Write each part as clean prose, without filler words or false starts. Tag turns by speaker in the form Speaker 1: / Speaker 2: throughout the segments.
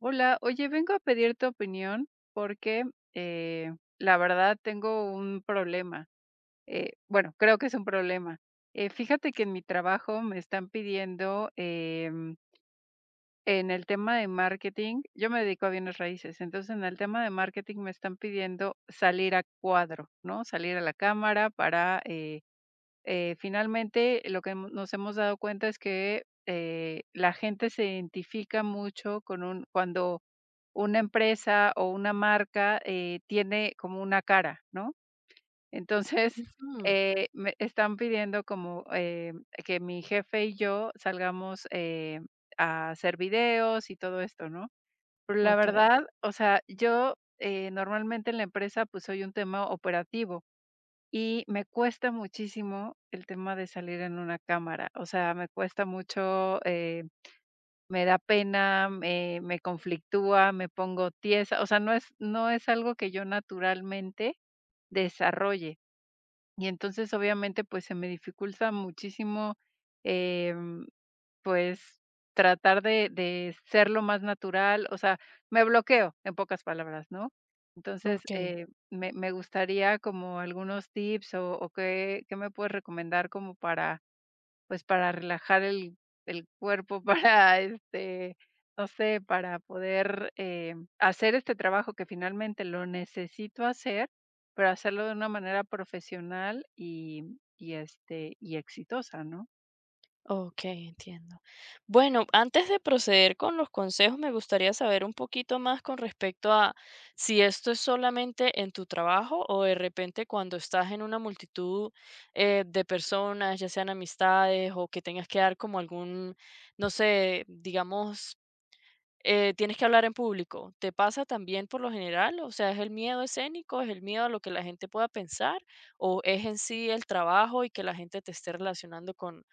Speaker 1: Hola, oye, vengo a pedir tu opinión porque la verdad tengo un problema. Bueno, creo que es un problema. Fíjate que en mi trabajo me están pidiendo en el tema de marketing, yo me dedico a bienes raíces, entonces en el tema de marketing me están pidiendo salir a cuadro, ¿no? Salir a la cámara para finalmente, lo que nos hemos dado cuenta es que la gente se identifica mucho con un, cuando una empresa o una marca tiene como una cara, ¿no? Entonces,
Speaker 2: Mm,
Speaker 1: me están pidiendo como que mi jefe y yo salgamos a hacer videos y todo esto, ¿no? Pero la
Speaker 2: okey,
Speaker 1: verdad, o sea, yo normalmente en la empresa pues soy un tema operativo y me cuesta muchísimo el tema de salir en una cámara, o sea, me cuesta mucho, me da pena, me conflictúa, me pongo tiesa, o sea, no es algo que yo naturalmente desarrolle. Y entonces, obviamente, pues, se me dificulta muchísimo, em pues, tratar de ser lo más natural, o sea, me bloqueo, en pocas palabras, ¿no? Entonces,
Speaker 2: okey,
Speaker 1: me gustaría como algunos tips o qué me puedes recomendar como para, pues, para relajar el cuerpo, para, este, no sé, para poder, hacer este trabajo que finalmente lo necesito hacer, pero hacerlo de una manera profesional y, este, y exitosa, ¿no?
Speaker 2: okey, entiendo. Bueno, antes de proceder con los consejos, me gustaría saber un poquito más con respecto a si esto es solamente en tu trabajo o de repente cuando estás en una multitud, de personas, ya sean amistades o que tengas que dar como algún, no sé, digamos. Tienes que hablar en público. ¿Te pasa también por lo general? O sea, ¿es el miedo escénico, es el miedo a lo que la gente pueda pensar o es en sí el trabajo y que la gente te esté relacionando con,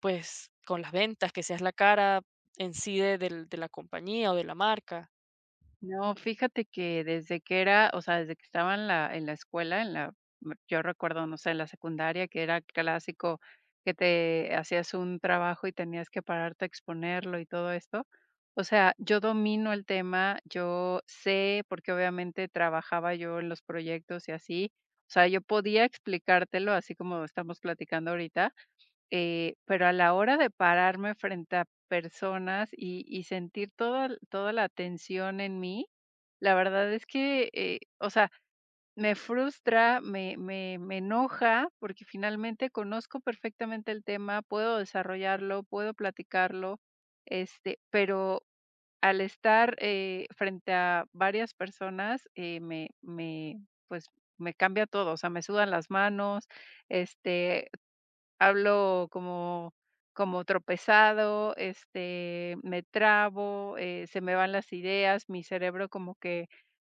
Speaker 2: pues, con las ventas, que seas la cara en sí de la compañía o de la marca?
Speaker 1: No, fíjate que desde que era, o sea, desde que estaba en la escuela, en la yo recuerdo, no sé, en la secundaria, que era clásico que te hacías un trabajo y tenías que pararte a exponerlo y todo esto. O sea, yo domino el tema, yo sé, porque obviamente trabajaba yo en los proyectos y así. O sea, yo podía explicártelo así como estamos platicando ahorita, pero a la hora de pararme frente a personas y sentir toda la tensión en mí, la verdad es que, o sea, me frustra, me enoja, porque finalmente conozco perfectamente el tema, puedo desarrollarlo, puedo platicarlo, este, pero al estar, frente a varias personas, pues, me cambia todo, o sea, me sudan las manos, este, hablo como como tropezado, este, me trabo, se me van las ideas, mi cerebro como que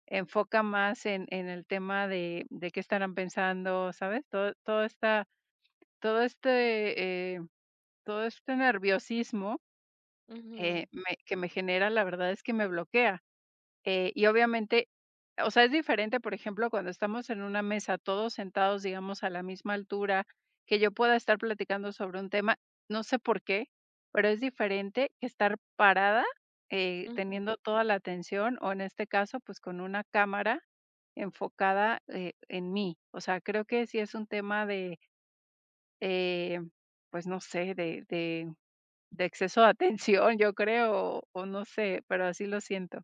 Speaker 1: enfoca más en el tema de qué estarán pensando, ¿sabes? Todo esta todo este, eh, todo este nerviosismo,
Speaker 2: Ujú,
Speaker 1: me genera, la verdad es que me bloquea. Y obviamente, o sea, es diferente, por ejemplo, cuando estamos en una mesa, todos sentados, digamos, a la misma altura, que yo pueda estar platicando sobre un tema, no sé por qué, pero es diferente que estar parada,
Speaker 2: ujú.
Speaker 1: teniendo toda la atención o en este caso, pues con una cámara enfocada en mí. O sea, creo que sí es un tema de, eh, pues no sé, de exceso de atención, yo creo, o no sé, pero así lo siento.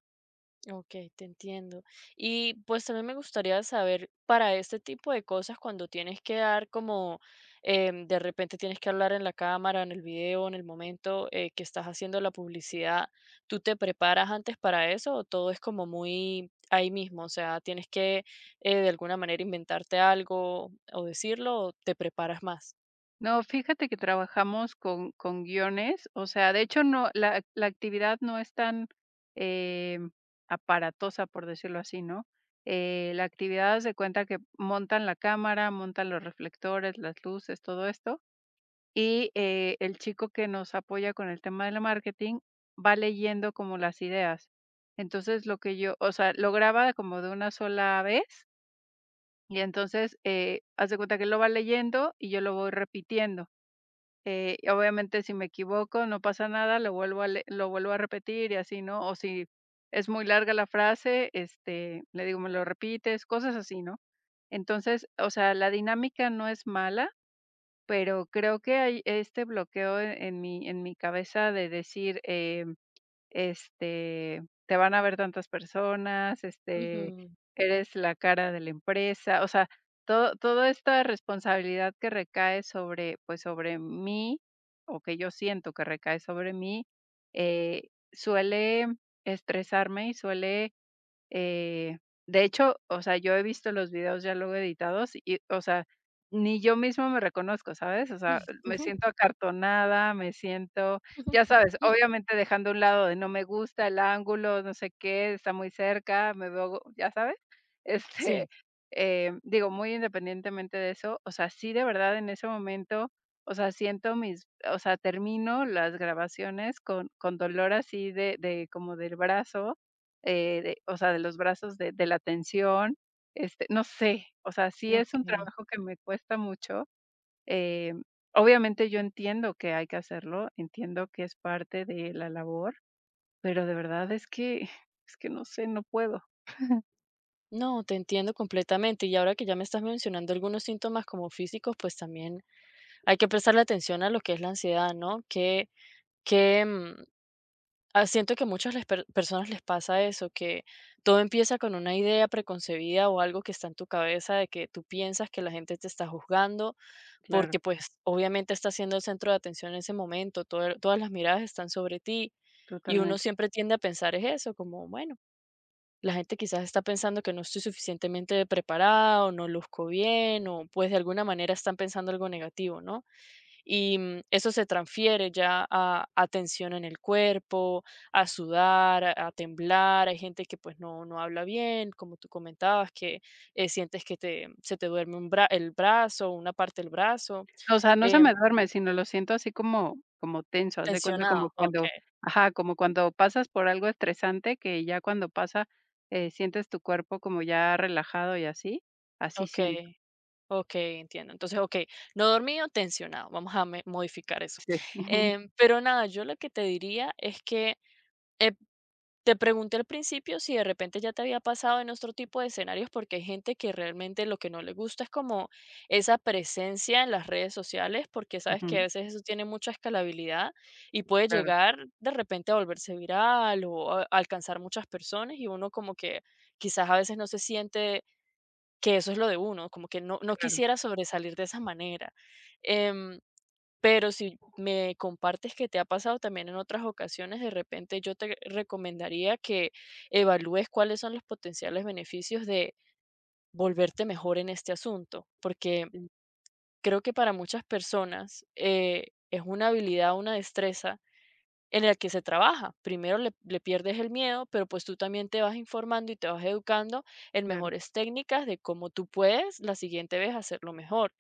Speaker 2: Okey, te entiendo. Y, pues, también me gustaría saber, para este tipo de cosas, cuando tienes que dar como, de repente tienes que hablar en la cámara, en el video, en el momento, que estás haciendo la publicidad, ¿tú te preparas antes para eso o todo es como muy ahí mismo? O sea, ¿tienes que, de alguna manera inventarte algo o decirlo o te preparas más?
Speaker 1: No, fíjate que trabajamos con guiones, o sea, de hecho, no, la actividad no es tan, em, aparatosa, por decirlo así, ¿no? La actividad, haz cuenta que montan la cámara, montan los reflectores, las luces, todo esto, y, el chico que nos apoya con el tema del marketing va leyendo como las ideas. Entonces, lo que yo o sea, lo graba como de una sola vez, y entonces, haz de cuenta que lo va leyendo y yo lo voy repitiendo. Y obviamente, si me equivoco, no pasa nada, lo vuelvo a repetir y así, ¿no? O si es muy larga la frase, este, le digo: "Me lo repites", cosas así, ¿no? Entonces, o sea, la dinámica no es mala, pero creo que hay este bloqueo en mi cabeza de decir, este, te van a ver tantas personas, este,
Speaker 2: Ujú.
Speaker 1: eres la cara de la empresa, o sea, todo toda esta responsabilidad que recae sobre, pues, sobre mí, o que yo siento que recae sobre mí, eh, suele estresarme y suele eh, de hecho, o sea, yo he visto los videos ya luego editados y, o sea, ni yo mismo me reconozco, ¿sabes? O sea, me siento acartonada, me siento, ya sabes, obviamente dejando a un lado de no me gusta el ángulo, no sé qué, está muy cerca, me veo, ya sabes, este,
Speaker 2: Sí,
Speaker 1: digo, muy independientemente de eso, o sea, sí de verdad en ese momento, o sea, siento mis, o sea, termino las grabaciones con dolor así de como del brazo, de o sea, de los brazos de la tensión, este, no sé, o sea, sí es un
Speaker 2: okey.
Speaker 1: trabajo que me cuesta mucho, eh, obviamente yo entiendo que hay que hacerlo, entiendo que es parte de la labor, pero de verdad es que no sé, no puedo.
Speaker 2: No, te entiendo completamente. Y ahora que ya me estás mencionando algunos síntomas como físicos, pues también hay que prestarle atención a lo que es la ansiedad, ¿no? Que mm, siento que a muchas personas les pasa eso, que todo empieza con una idea preconcebida o algo que está en tu cabeza de que tú piensas que la gente te está juzgando,
Speaker 1: Claro,
Speaker 2: porque pues obviamente está siendo el centro de atención en ese momento, todas las miradas están sobre ti y uno
Speaker 1: totalmente.
Speaker 2: siempre tiende a pensar es eso, como, bueno, la gente quizás está pensando que no estoy suficientemente preparada o no luzco bien o pues de alguna manera están pensando algo negativo, ¿no? Y eso se transfiere ya a tensión en el cuerpo, a sudar, a temblar. Hay gente que pues no habla bien, como tú comentabas, que sientes que te, se te duerme el brazo, una parte del brazo.
Speaker 1: O sea, no se
Speaker 2: Eh,
Speaker 1: me duerme, sino lo siento así como como tenso, haz de cuenta como
Speaker 2: Tensionado, ok,
Speaker 1: cuando ajá, como cuando pasas por algo estresante que ya cuando pasa, sientes tu cuerpo como ya relajado y así, así
Speaker 2: ok.
Speaker 1: siento.
Speaker 2: Ok, entiendo. Entonces, ok, no dormido, tensionado. Vamos a modificar eso.
Speaker 1: Sí.
Speaker 2: Pero nada, yo lo que te diría es que eh, te pregunté al principio si de repente ya te había pasado en otro tipo de escenarios, porque hay gente que realmente lo que no le gusta es como esa presencia en las redes sociales, porque sabes que a
Speaker 1: Ujú.
Speaker 2: veces eso tiene mucha escalabilidad y puede
Speaker 1: Claro,
Speaker 2: llegar de repente a volverse viral o a alcanzar muchas personas y uno como que quizás a veces no se siente que eso es lo de uno, como que no
Speaker 1: claro.
Speaker 2: quisiera sobresalir de esa manera. Em, pero si me compartes que te ha pasado también en otras ocasiones, de repente yo te recomendaría que evalúes cuáles son los potenciales beneficios de volverte mejor en este asunto, porque
Speaker 1: Sí,
Speaker 2: creo que para muchas personas, es una habilidad, una destreza en el que se trabaja. Primero le pierdes el miedo, pero pues tú también te vas informando y te vas educando en
Speaker 1: claro,
Speaker 2: mejores técnicas de cómo tú puedes la siguiente vez hacerlo mejor,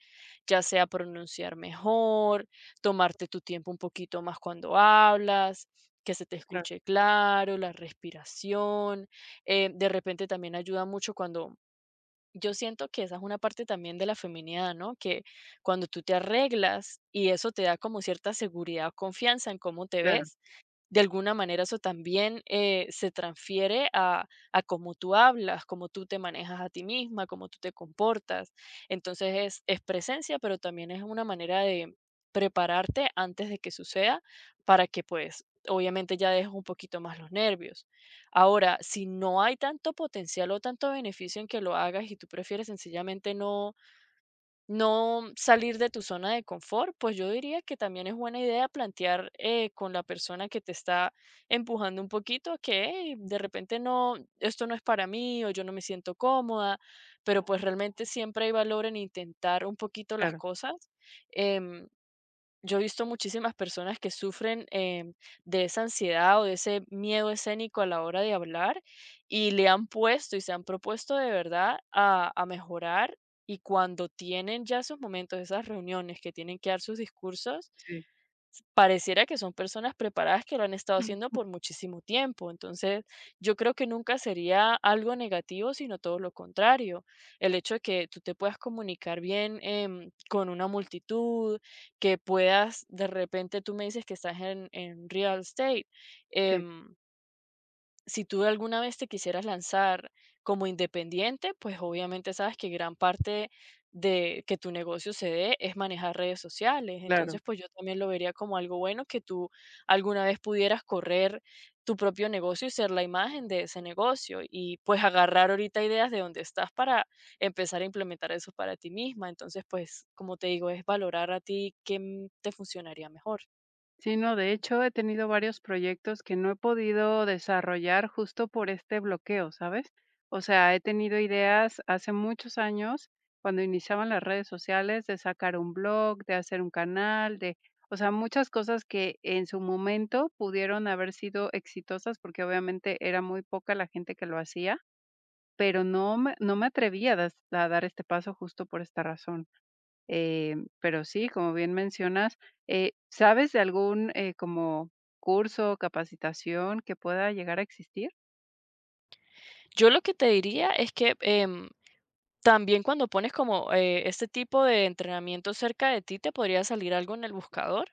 Speaker 2: ya sea pronunciar mejor, tomarte tu tiempo un poquito más cuando hablas, que se te
Speaker 1: claro,
Speaker 2: escuche claro, la respiración. De repente también ayuda mucho cuando... Yo siento que esa es una parte también de la feminidad, ¿no? Que cuando tú te arreglas y eso te da como cierta seguridad o confianza en cómo te
Speaker 1: claro,
Speaker 2: ves, de alguna manera eso también se transfiere a cómo tú hablas, cómo tú te manejas a ti misma, cómo tú te comportas. Entonces es presencia, pero también es una manera de prepararte antes de que suceda para que pues obviamente ya dejes un poquito más los nervios. Ahora, si no hay tanto potencial o tanto beneficio en que lo hagas y tú prefieres sencillamente no salir de tu zona de confort, pues yo diría que también es buena idea plantear con la persona que te está empujando un poquito que "Hey, de repente no, esto no es para mí o yo no me siento cómoda, pero pues realmente siempre hay valor en intentar un poquito las
Speaker 1: claro.
Speaker 2: cosas. em, yo he visto muchísimas personas que sufren de esa ansiedad o de ese miedo escénico a la hora de hablar y le han puesto y se han propuesto de verdad a mejorar y cuando tienen ya sus momentos, esas reuniones que tienen que dar sus discursos,
Speaker 1: Sí,
Speaker 2: pareciera que son personas preparadas que lo han estado haciendo por muchísimo tiempo. Entonces, yo creo que nunca sería algo negativo, sino todo lo contrario. El hecho de que tú te puedas comunicar bien con una multitud, que puedas, de repente tú me dices que estás en real estate.
Speaker 1: sí,
Speaker 2: em, si tú alguna vez te quisieras lanzar como independiente, pues obviamente sabes que gran parte de que tu negocio se dé es manejar redes sociales.
Speaker 1: claro.
Speaker 2: Entonces, pues yo también lo vería como algo bueno que tú alguna vez pudieras correr tu propio negocio y ser la imagen de ese negocio y pues agarrar ahorita ideas de dónde estás para empezar a implementar eso para ti misma. Entonces, pues como te digo, es valorar a ti qué te funcionaría mejor.
Speaker 1: Sí, no, de hecho, he tenido varios proyectos que no he podido desarrollar justo por este bloqueo, ¿sabes? O sea, he tenido ideas hace muchos años, cuando iniciaban las redes sociales, de sacar un blog, de hacer un canal, de o sea, muchas cosas que en su momento pudieron haber sido exitosas, porque obviamente era muy poca la gente que lo hacía. Pero no me atreví a das a dar este paso justo por esta razón. Pero sí, como bien mencionas, ¿sabes de algún, como curso, o capacitación que pueda llegar a existir?
Speaker 2: Yo lo que te diría es que también cuando pones como, este tipo de entrenamiento cerca de ti, te podría salir algo en el buscador,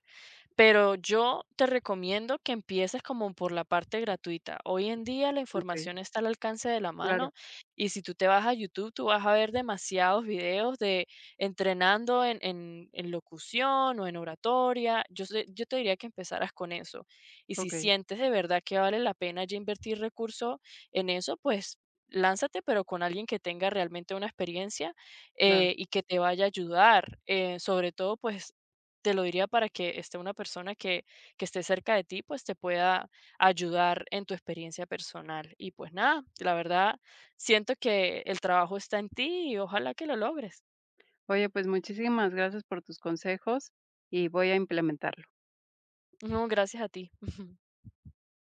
Speaker 2: pero yo te recomiendo que empieces como por la parte gratuita. Hoy en día la
Speaker 1: Okey,
Speaker 2: información está al alcance de la
Speaker 1: claro,
Speaker 2: mano y si tú te vas a YouTube, tú vas a ver demasiados videos de entrenando en locución o en oratoria. Yo, yo te diría que empezaras con eso. Y si
Speaker 1: okey,
Speaker 2: sientes de verdad que vale la pena ya invertir recursos en eso, pues lánzate, pero con alguien que tenga realmente una experiencia
Speaker 1: claro.
Speaker 2: y que te vaya a ayudar. Sobre todo, pues te lo diría para que esté una persona que esté cerca de ti, pues te pueda ayudar en tu experiencia personal. Y pues nada, la verdad, siento que el trabajo está en ti y ojalá que lo logres.
Speaker 1: Oye, pues muchísimas gracias por tus consejos y voy a implementarlo.
Speaker 2: No, gracias a ti.